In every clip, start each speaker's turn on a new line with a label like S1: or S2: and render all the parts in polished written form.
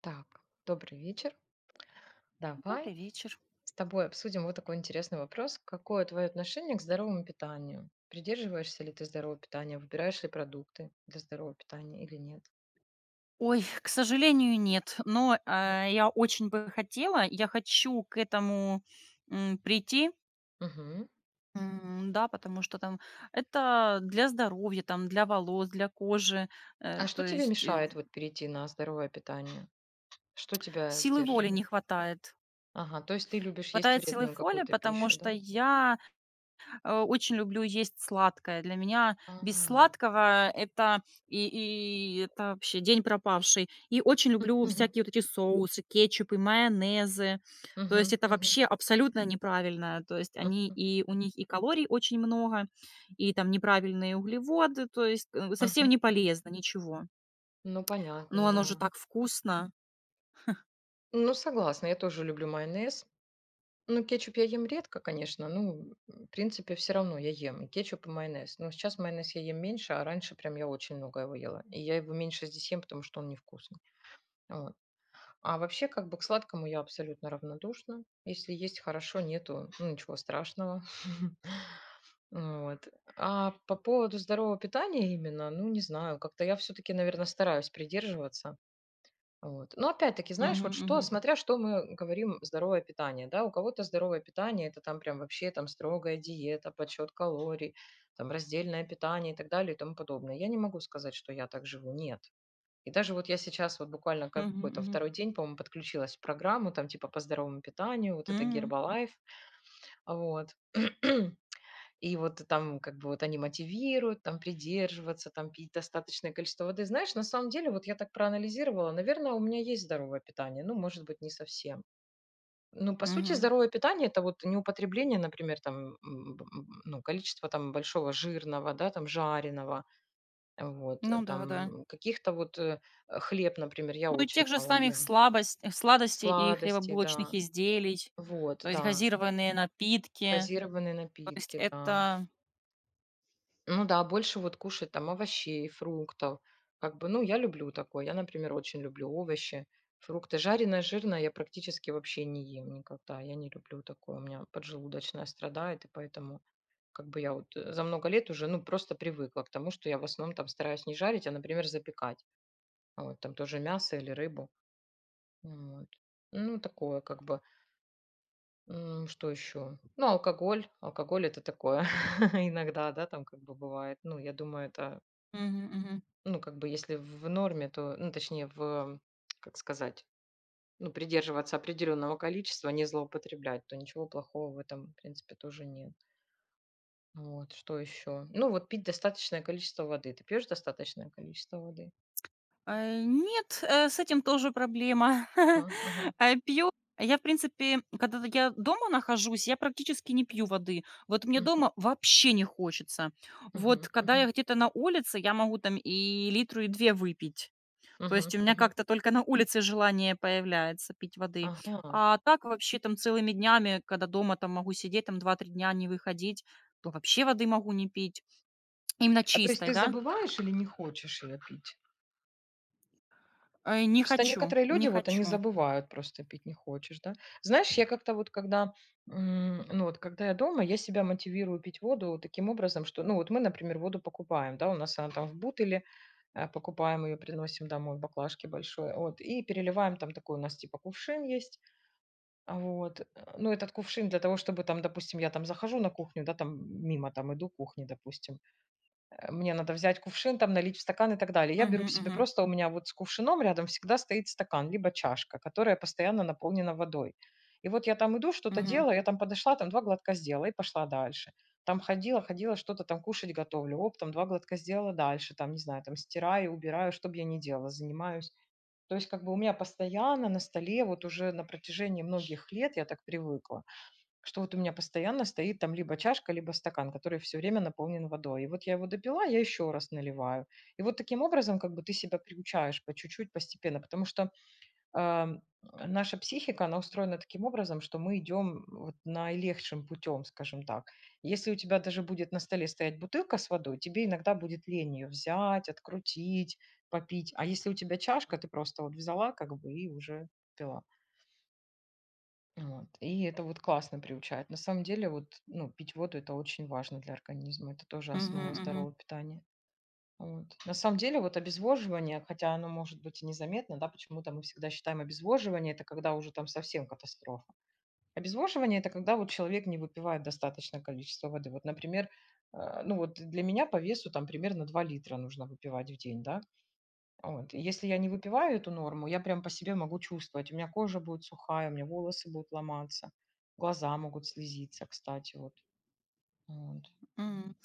S1: Так, добрый вечер. Давай
S2: Добрый вечер.
S1: с тобой обсудим вот такой интересный вопрос. Какое твое отношение к здоровому питанию? Придерживаешься ли ты здорового питания? Выбираешь ли продукты для здорового питания или нет?
S2: Ой, к сожалению, нет, но,
S1: Мгм.
S2: я очень бы хотела, я хочу к этому, прийти,
S1: Мгм.
S2: да, потому что там это для здоровья, там, для волос, для кожи,
S1: А
S2: то
S1: что тебе
S2: есть,
S1: мешает вот перейти на здоровое питание? Что тебя
S2: силы воли не
S1: сдерживает?
S2: хватает.
S1: Ага, то есть ты любишь есть
S2: Хватает силы
S1: вредную
S2: воли,
S1: какую-то
S2: потому
S1: пищу,
S2: что
S1: да?
S2: я очень люблю есть сладкое. Для меня без
S1: А,
S2: сладкого это, и это вообще день пропавший. И очень
S1: мгм,
S2: люблю всякие вот эти соусы, кетчупы, майонезы. То есть
S1: мгм,
S2: это
S1: мгм,
S2: вообще абсолютно неправильно. То есть они
S1: мгм,
S2: и у них и калорий очень много, и там неправильные углеводы. То есть, совсем
S1: мгм.
S2: не полезно, ничего.
S1: Ну, понятно,
S2: Но оно же
S1: да.
S2: так вкусно.
S1: Ну, согласна, я тоже люблю майонез. Ну, кетчуп я ем редко, конечно. Ну, в принципе, все равно я ем и кетчуп, и майонез. Но сейчас майонез я ем меньше, а раньше прям я очень много его ела. И я его меньше здесь ем, потому что он невкусный. Вот. А вообще, как бы к сладкому я абсолютно равнодушна. Если есть, хорошо, нету, ну, ничего страшного. Вот. А по поводу здорового питания именно, ну, не знаю, как-то я все-таки, наверное, стараюсь придерживаться. Вот. Но опять-таки, знаешь,
S2: Мгм,
S1: вот что,
S2: мгм,
S1: смотря что мы говорим здоровое питание, да, у кого-то здоровое питание это там прям вообще там строгая диета, подсчет калорий, там раздельное питание и так далее и тому подобное. Я не могу сказать, что я так живу, нет. И даже вот я сейчас вот буквально как
S2: мгм,
S1: какой-то
S2: мгм.
S1: второй день, по-моему, подключилась в программу там типа по здоровому питанию, вот это
S2: М,
S1: Гербалайф, вот. И вот там как бы вот они мотивируют, там придерживаться, там пить достаточное количество воды. Знаешь, на самом деле, вот я так проанализировала, наверное, у меня есть здоровое питание, ну, может быть, не совсем. Ну, по сути,
S2: мгм.
S1: здоровое питание – это вот не употребление, например, там, ну, количество там большого жирного, да, там, жареного, вот,
S2: Ну да, да.
S1: там, каких-то вот хлеб, например, я
S2: Ну, и
S1: очень
S2: тех же
S1: мало
S2: самих
S1: ем,
S2: сладостей и
S1: сладости,
S2: хлебобулочных
S1: да,
S2: изделий,
S1: вот,
S2: то есть
S1: да,
S2: газированные напитки.
S1: газированные
S2: То есть
S1: напитки, да.
S2: это.
S1: Ну да, больше вот кушать там овощей, фруктов. Как бы, ну, я люблю такое. Я, например, очень люблю овощи, фрукты. Жареное, жирное я практически вообще не ем никогда. Я не люблю такое. У меня поджелудочная страдает, и поэтому как бы я вот за много лет уже, ну, просто привыкла к тому, что я в основном там стараюсь не жарить, а, например, запекать. А вот, там тоже мясо или рыбу. Вот. Ну, такое как бы. Что еще? Ну, алкоголь. Алкоголь это такое. Иногда, да, там как бы бывает. Ну, я думаю, это
S2: Мгм, мгм.
S1: Ну, как бы, если в норме, то, ну, точнее, в, как сказать, ну, придерживаться определенного количества, а не злоупотреблять, то ничего плохого в этом, в принципе, тоже нет. Вот, что еще? Ну, вот пить достаточное количество воды. Ты пьешь достаточное количество воды?
S2: Нет, с этим тоже проблема.
S1: А, ага.
S2: Пью я, в принципе, когда я дома нахожусь, я практически не пью воды. Вот мне
S1: Мгм,
S2: дома вообще не хочется. Вот
S1: мгм,
S2: когда я
S1: мгм,
S2: где-то на улице, я могу там и литру, и 2 выпить. То есть
S1: мгм,
S2: у меня
S1: мгм.
S2: как-то только на улице желание появляется пить воды.
S1: Ага.
S2: А так вообще там целыми днями, когда дома там могу сидеть, там два-три дня не выходить, то вообще воды могу не пить. Именно
S1: А то есть
S2: чистой,
S1: ты
S2: да?
S1: забываешь или не хочешь ее пить?
S2: Не
S1: Просто
S2: хочу,
S1: некоторые
S2: не
S1: люди, вот они
S2: хочу.
S1: забывают, просто пить не хочешь, да. Знаешь, я как-то вот когда, ну вот когда я дома, я себя мотивирую пить воду вот таким образом, что, ну вот мы, например, воду покупаем, да, у нас она там в бутыле, покупаем ее, приносим домой в баклажке большой, вот, и переливаем там такой у нас типа кувшин есть, а вот, ну этот кувшин для того, чтобы там, допустим, я там захожу на кухню, да, там мимо там иду кухни, допустим, мне надо взять кувшин, там налить в стакан и так далее. Я
S2: Мгм,
S1: беру себе
S2: мгм,
S1: просто, у меня вот с кувшином рядом всегда стоит стакан, либо чашка, которая постоянно наполнена водой. И вот я там иду, что-то
S2: мгм,
S1: делаю, я там подошла, там два глотка сделала и пошла дальше. Там ходила, ходила, что-то там кушать готовлю, оп, там два глотка сделала дальше, там, не знаю, там стираю, убираю, что бы я ни делала, занимаюсь. То есть как бы у меня постоянно на столе вот уже на протяжении многих лет я так привыкла, что вот у меня постоянно стоит там либо чашка, либо стакан, который все время наполнен водой. И вот я его допила, я еще раз наливаю. И вот таким образом как бы ты себя приучаешь по чуть-чуть, постепенно, потому что ам, наша психика, она устроена таким образом, что мы идем вот наилегшим путем, скажем так. Если у тебя даже будет на столе стоять бутылка с водой, тебе иногда будет лень ее взять, открутить, попить. А если у тебя чашка, ты просто вот взяла как бы и уже пила. Вот. И это вот классно приучает. На самом деле, вот, ну, пить воду это очень важно для организма. Это тоже
S2: мгм,
S1: основа
S2: мгм,
S1: здорового питания. Вот. На самом деле, вот обезвоживание, хотя оно может быть и незаметно, да, почему-то мы всегда считаем обезвоживание, это когда уже там совсем катастрофа. Обезвоживание это когда вот человек не выпивает достаточное количество воды. Вот, например, ну вот для меня по весу там примерно 2 литра нужно выпивать в день, да, вот. И если я не выпиваю эту норму, я прям по себе могу чувствовать. У меня кожа будет сухая, у меня волосы будут ломаться, глаза могут слезиться, кстати, вот. Вот.
S2: м.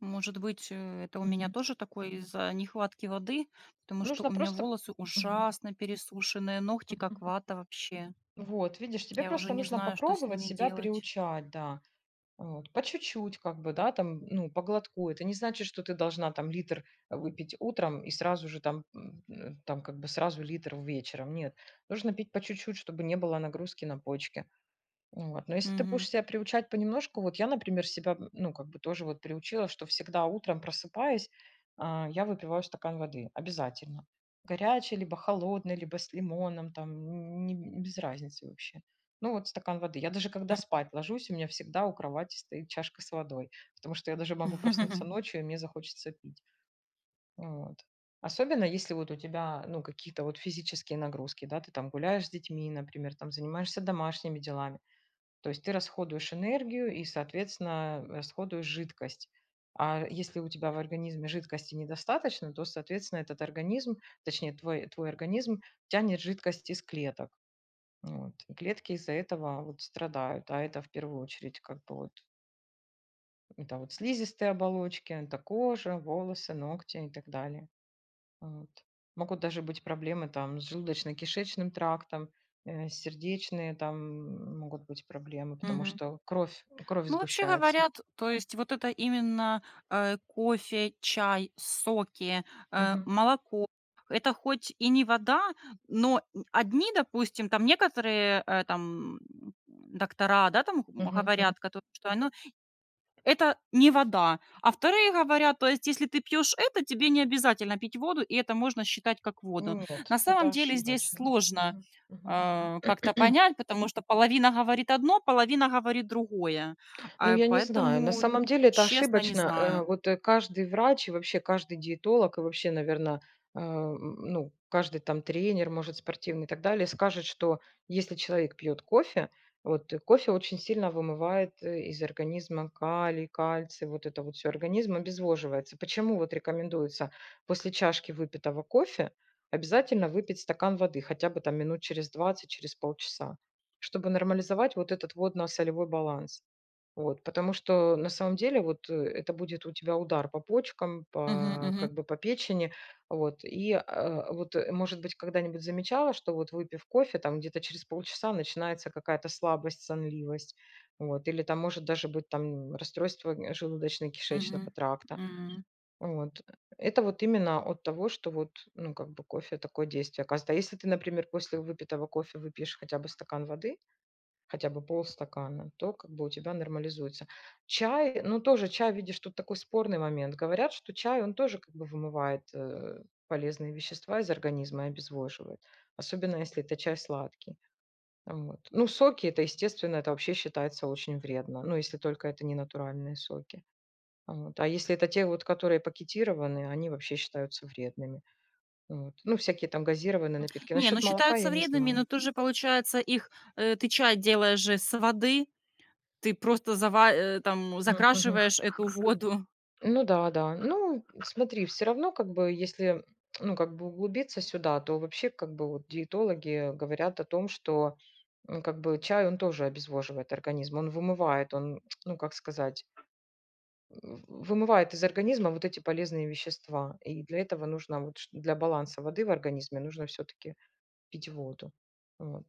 S2: Может быть, это у меня
S1: Мгм.
S2: тоже такое из-за нехватки воды, потому что у
S1: Нужно
S2: меня
S1: просто...
S2: волосы
S1: Мгм.
S2: ужасно пересушенные, ногти как вата вообще.
S1: Вот, видишь, тебе
S2: Я уже
S1: просто
S2: не
S1: нужно
S2: знаю, что с
S1: попробовать
S2: ними
S1: себя
S2: делать.
S1: приучать, да. Вот, по чуть-чуть, как бы, да, там, ну, по глотку. Это не значит, что ты должна там литр выпить утром и сразу же там, там как бы сразу литр вечером. Нет, нужно пить по чуть-чуть, чтобы не было нагрузки на почки. Вот. Но если ты
S2: Мгм,
S1: будешь себя приучать понемножку, вот я, например, себя, ну, как бы тоже вот приучила, что всегда утром просыпаясь, а, я выпиваю стакан воды обязательно. Горячей, либо холодной, либо с лимоном, там, не, без разницы вообще. Ну, вот стакан воды. Я даже
S2: м.
S1: когда спать ложусь, у меня всегда у кровати стоит чашка с водой, потому что я даже могу проснуться ночью, и мне захочется пить. Вот. Особенно если вот у тебя, ну, какие-то вот физические нагрузки, да, ты там гуляешь с детьми, например, там занимаешься домашними делами, то есть ты расходуешь энергию и, соответственно, расходуешь жидкость. А если у тебя в организме жидкости недостаточно, то, соответственно, этот организм, точнее, твой организм тянет жидкость из клеток. Вот. И клетки из-за этого вот страдают. А это в первую очередь как бы вот это вот слизистые оболочки, это кожа, волосы, ногти и так далее. Вот. Могут даже быть проблемы там с желудочно-кишечным трактом, сердечные там могут быть проблемы, потому
S2: Мгм.
S1: что кровь
S2: Ну, вообще
S1: сгущается.
S2: говорят, то есть вот это именно кофе, чай, соки,
S1: Мгм.
S2: молоко. Это хоть и не вода, но одни, допустим, там некоторые там доктора, да, там
S1: Мгм.
S2: говорят, которые, что оно это не вода. А вторые говорят, то есть если ты пьешь это, тебе не обязательно пить воду, и это можно считать как воду.
S1: Мгм. Нет,
S2: На
S1: это
S2: самом деле здесь
S1: ошибочно.
S2: сложно
S1: Мгм. Мгм.
S2: как-то понять, потому что половина говорит одно, половина говорит другое.
S1: Ну, я не знаю. На
S2: Поэтому,
S1: самом деле это
S2: честно, не
S1: ошибочно.
S2: знаю.
S1: Вот, каждый врач и вообще каждый диетолог, и вообще, наверное, ну, каждый там тренер, может, спортивный и так далее, скажет, что если человек пьет кофе, вот, кофе очень сильно вымывает, из организма калий, кальций, вот это вот все организм обезвоживается. Почему вот рекомендуется после чашки выпитого кофе обязательно выпить стакан воды хотя бы там минут через 20, через полчаса, чтобы нормализовать вот этот водно-солевой баланс. Вот, потому что на самом деле вот, это будет у тебя удар по почкам,
S2: Мгм,
S1: по
S2: мгм,
S1: как бы по печени. Вот, и, а, вот, может быть, когда-нибудь замечала, что вот выпив кофе, там где-то через полчаса начинается какая-то слабость, сонливость, вот, или там может даже быть там расстройство
S2: мгм,
S1: желудочно-кишечного тракта.
S2: м.
S1: Вот. Это вот именно от того, что вот, ну, как бы кофе такое действие оказывает. А если ты, например, после выпитого кофе выпьешь хотя бы стакан воды, хотя бы полстакана, то как бы у тебя нормализуется. Чай, ну тоже чай, видишь, тут такой спорный момент. Говорят, что чай, он тоже как бы вымывает полезные вещества из организма и обезвоживает. Особенно, если это чай сладкий. Вот. Ну, соки, это, естественно, это вообще считается очень вредно. Ну, если только это не натуральные соки. Вот. А если это те, вот, которые пакетированы, они вообще считаются вредными. Вот. Ну, всякие там газированные напитки.
S2: Не, ну
S1: Насчет молока
S2: считаются
S1: я не
S2: вредными, но
S1: знаю.
S2: тоже получается их, ты чай делаешь же с воды, ты просто там
S1: Мгм, мгм.
S2: закрашиваешь эту воду.
S1: Ну да, да. Ну, смотри, все равно, как бы, если, ну, как бы углубиться сюда, то вообще, как бы, вот диетологи говорят о том, что, как бы, чай, он тоже обезвоживает организм, он вымывает, он, ну, как сказать, вымывает из организма вот эти полезные вещества. И для этого нужно, вот, для баланса воды в организме нужно все-таки пить воду. Вот.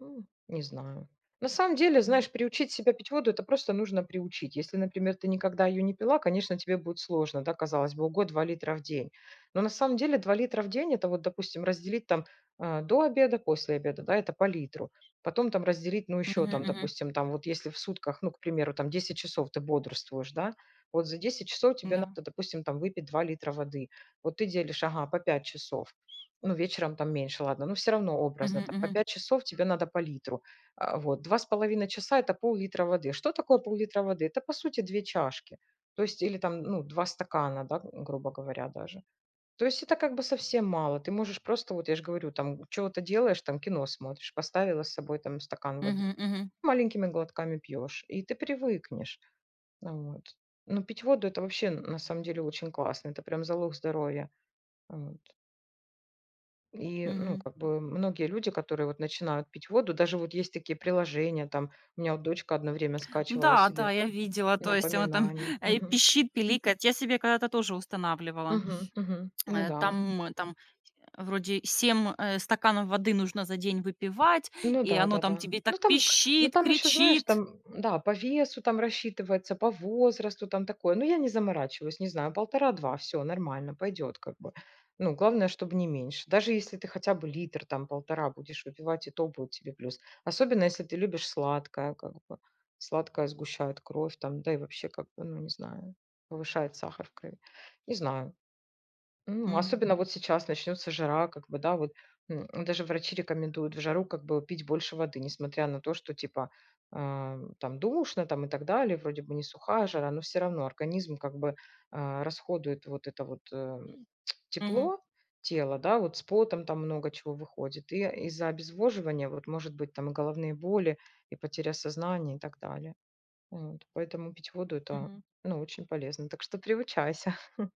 S1: Не знаю. На самом деле,
S2: Мгм.
S1: знаешь, приучить себя пить воду - это просто нужно приучить. Если, например, ты никогда ее не пила, конечно, тебе будет сложно, да, казалось бы, ого, 2 литра в день. Но на самом деле 2 литра в день - это вот, допустим, разделить там а, до обеда, после обеда, да, это по литру. Потом там разделить, ну,
S2: Мгм,
S1: еще там,
S2: мгм,
S1: допустим, там вот если в сутках, ну, к примеру, там 10 часов ты бодрствуешь, да, вот за 10 часов тебе
S2: да.
S1: надо, допустим, там выпить 2 литра воды. Вот ты делишь, ага, по 5 часов. Ну, вечером там меньше, ладно, но все равно
S2: Мгм,
S1: образно там. По
S2: мгм,
S1: 5 часов тебе надо по литру. А, вот два с половиной часа - это пол-литра воды. Что такое пол-литра воды? Это, по сути, 2 чашки. То есть или там, ну, 2 стакана, да, грубо говоря, даже. То есть это как бы совсем мало. Ты можешь просто, вот я ж говорю, там чего-то делаешь, там кино смотришь, поставила с собой там стакан воды,
S2: мгм, мгм,
S1: маленькими глотками пьешь, и ты привыкнешь. Вот. Но пить воду- это вообще, на самом деле, очень классно. Это прям залог здоровья. Вот. И, ну,
S2: мгм.
S1: как бы многие люди, которые вот начинают пить воду, даже вот есть такие приложения, там, у меня вот дочка одно время скачивала
S2: Да, да,
S1: себе
S2: я видела, то есть оно там,
S1: напоминание. Мгм.
S2: пищит, пиликает. Я себе когда-то тоже устанавливала.
S1: Мгм. Мгм. Ну
S2: Э,
S1: да.
S2: там э, там вроде 7 стаканов воды нужно за день выпивать,
S1: Ну
S2: и оно там
S1: да-да-да.
S2: тебе так
S1: Ну
S2: пищит,
S1: там еще, знаешь,
S2: кричит.
S1: там, да, по весу там рассчитывается, по возрасту там такое. Ну я не заморачиваюсь, не знаю, полтора-два, все нормально, пойдет как бы. Ну, главное, чтобы не меньше. Даже если ты хотя бы литр, там полтора будешь выпивать, и то будет тебе плюс. Особенно, если ты любишь сладкое, как бы. Сладкое сгущает кровь там, да и вообще как бы, ну не знаю, повышает сахар в крови. Не знаю. М,
S2: Мгм,
S1: особенно вот сейчас начнется жара, как бы, да, вот, м, даже врачи рекомендуют в жару как бы пить больше воды, несмотря на то, что типа, а, там душно там и так далее, вроде бы не сухая жара, но все равно организм как бы, а, расходует вот это вот,
S2: мгм,
S1: тепло тела, да, вот с потом там много чего выходит. И из-за обезвоживания вот может быть там и головные боли, и потеря сознания и так далее. Вот, поэтому пить воду- это,
S2: мгм.
S1: ну, очень полезно. Так что приучайся.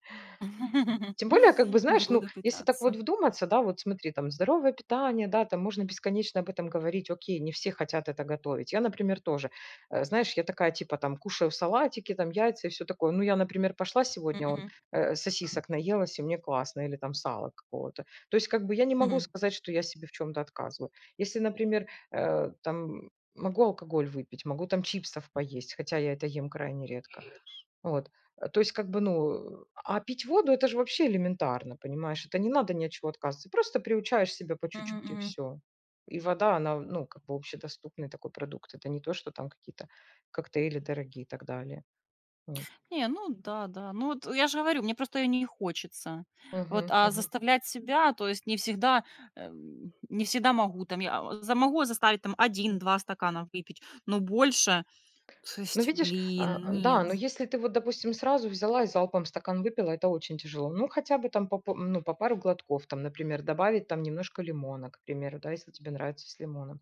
S1: Тем более, как бы, знаешь, ну,
S2: Буду
S1: если так вот
S2: пытаться.
S1: вдуматься, да, вот смотри, там здоровое питание, да, там можно бесконечно об этом говорить, окей, не все хотят это готовить. Я, например, тоже, знаешь, я такая типа там кушаю салатики, там яйца и все такое. Ну, я, например, пошла сегодня, он,
S2: Мгм,
S1: сосисок наелась, и мне классно, или там сало какого-то. То есть, как бы я не могу
S2: мгм,
S1: сказать, что я себе в чем-то отказываю. Если, например, там могу алкоголь выпить, могу там чипсов поесть, хотя я это ем крайне редко. Вот. То есть, как бы, ну, а пить воду- это же вообще элементарно, понимаешь? Это не надо ни от чего отказываться. Просто приучаешь себя по
S2: мгм,
S1: чуть-чуть, и
S2: мгм.
S1: все. И вода, она, ну, как бы общедоступный такой продукт. Это не то, что там какие-то коктейли дорогие и так далее. Вот.
S2: Не, ну да, да. Ну вот я же говорю, мне просто её не хочется. Вот,
S1: Мгм,
S2: а
S1: мгм,
S2: заставлять себя, то есть не всегда могу. Там я, а, за могу заставить там
S1: м.
S2: один-два стакана выпить, но больше, то
S1: Ну,
S2: есть,
S1: видишь,
S2: блин,
S1: а, да,
S2: нет.
S1: но если ты вот, допустим, сразу взяла и залпом стакан выпила, это очень тяжело. Ну, хотя бы там по ну, по пару глотков, там, например, добавить там немножко лимона, к примеру, да, если тебе нравится с лимоном.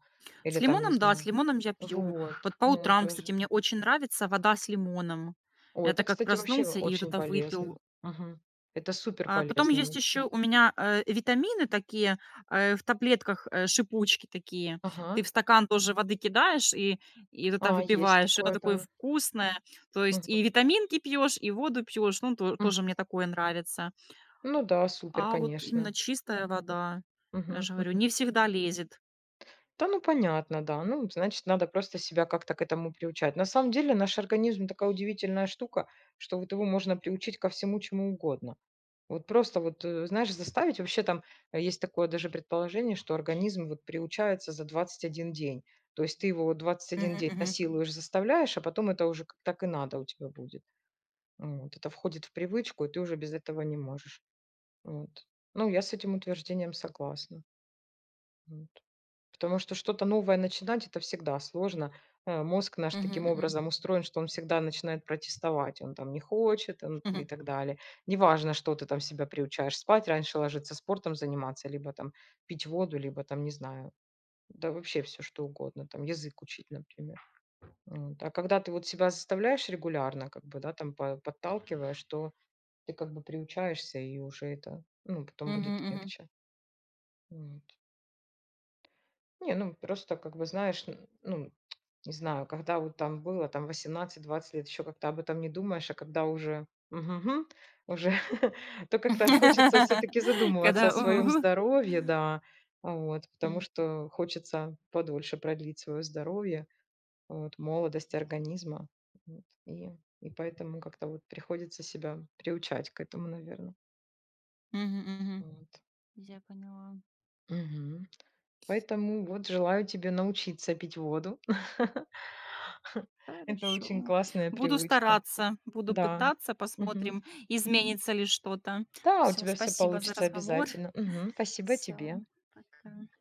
S2: С
S1: Или там, не
S2: лимоном, да, с
S1: знаю.
S2: лимоном я пью.
S1: Вот,
S2: Вот по
S1: ну
S2: утрам, кстати,
S1: тоже.
S2: мне очень нравится вода с лимоном.
S1: О,
S2: Это
S1: это,
S2: как
S1: кстати, вообще
S2: проснулся и вот
S1: очень
S2: это выпил.
S1: полезно. Мгм. Это супер
S2: Потом
S1: полезно
S2: есть еще
S1: вообще.
S2: у меня, витамины такие, в таблетках, шипучки такие. Ты
S1: Ага.
S2: в стакан тоже воды кидаешь и вот это
S1: А, есть
S2: выпиваешь. Это
S1: такое,
S2: такое
S1: да.
S2: вкусное. То есть и
S1: Мгм.
S2: витаминки пьешь, и воду пьешь. Ну, то
S1: М.
S2: тоже мне такое нравится.
S1: Ну да, супер,
S2: А вот
S1: конечно.
S2: именно чистая вода, я
S1: Мгм,
S2: же говорю,
S1: мгм.
S2: не всегда лезет.
S1: Да, ну понятно, да. Ну, значит, надо просто себя как-то к этому приучать. На самом деле, наш организм такая удивительная штука, что вот его можно приучить ко всему, чему угодно. Вот просто вот, э, знаешь, заставить. Вообще там, есть такое даже предположение, что организм вот приучается за 21 день. То есть ты его вот 21
S2: Мгм,
S1: день
S2: мгм,
S1: насилуешь, заставляешь, а потом это уже как так и надо у тебя будет. Ну вот. Это входит в привычку, и ты уже без этого не можешь. Вот. Ну, я с этим утверждением согласна. Вот. Потому что что-то новое начинать- это всегда сложно. Мозг наш
S2: мгм,
S1: таким
S2: мгм,
S1: образом устроен, что он всегда начинает протестовать. Он там не хочет он и
S2: мгм,
S1: так далее. Неважно, что ты там себя приучаешь: спать раньше ложиться, спортом заниматься, либо там пить воду, либо там, не знаю, да вообще все что угодно, там язык учить, например. Вот. А когда ты вот себя заставляешь регулярно, как бы, да, там по подталкиваешь, то ты как бы приучаешься, и уже это, ну, потом будет
S2: мгм, мгм.
S1: легче. М. Не, ну просто как бы знаешь, н ну, не знаю, когда вот там было там 18-20 лет, еще как-то об этом не думаешь, а когда уже мгм, уже, то как-то хочется все-таки задумываться о
S2: Когда
S1: своем
S2: у.
S1: здоровье, да. Вот, потому
S2: М,
S1: что хочется подольше продлить свое здоровье, вот, молодость организма. Вот, и поэтому как-то вот приходится себя приучать к этому, наверное.
S2: мгм, мгм.
S1: Вот.
S2: Я поняла.
S1: Мгм. Поэтому вот желаю тебе научиться пить воду. Это очень
S2: Хорошо.
S1: классная
S2: Буду
S1: привычка.
S2: стараться, буду
S1: Да.
S2: пытаться,
S1: Мгм.
S2: посмотрим, изменится ли что-то.
S1: Да, у
S2: Все,
S1: тебя все
S2: спасибо за
S1: получится
S2: разговор.
S1: обязательно. Мгм. Спасибо
S2: Всё,
S1: тебе.
S2: пока.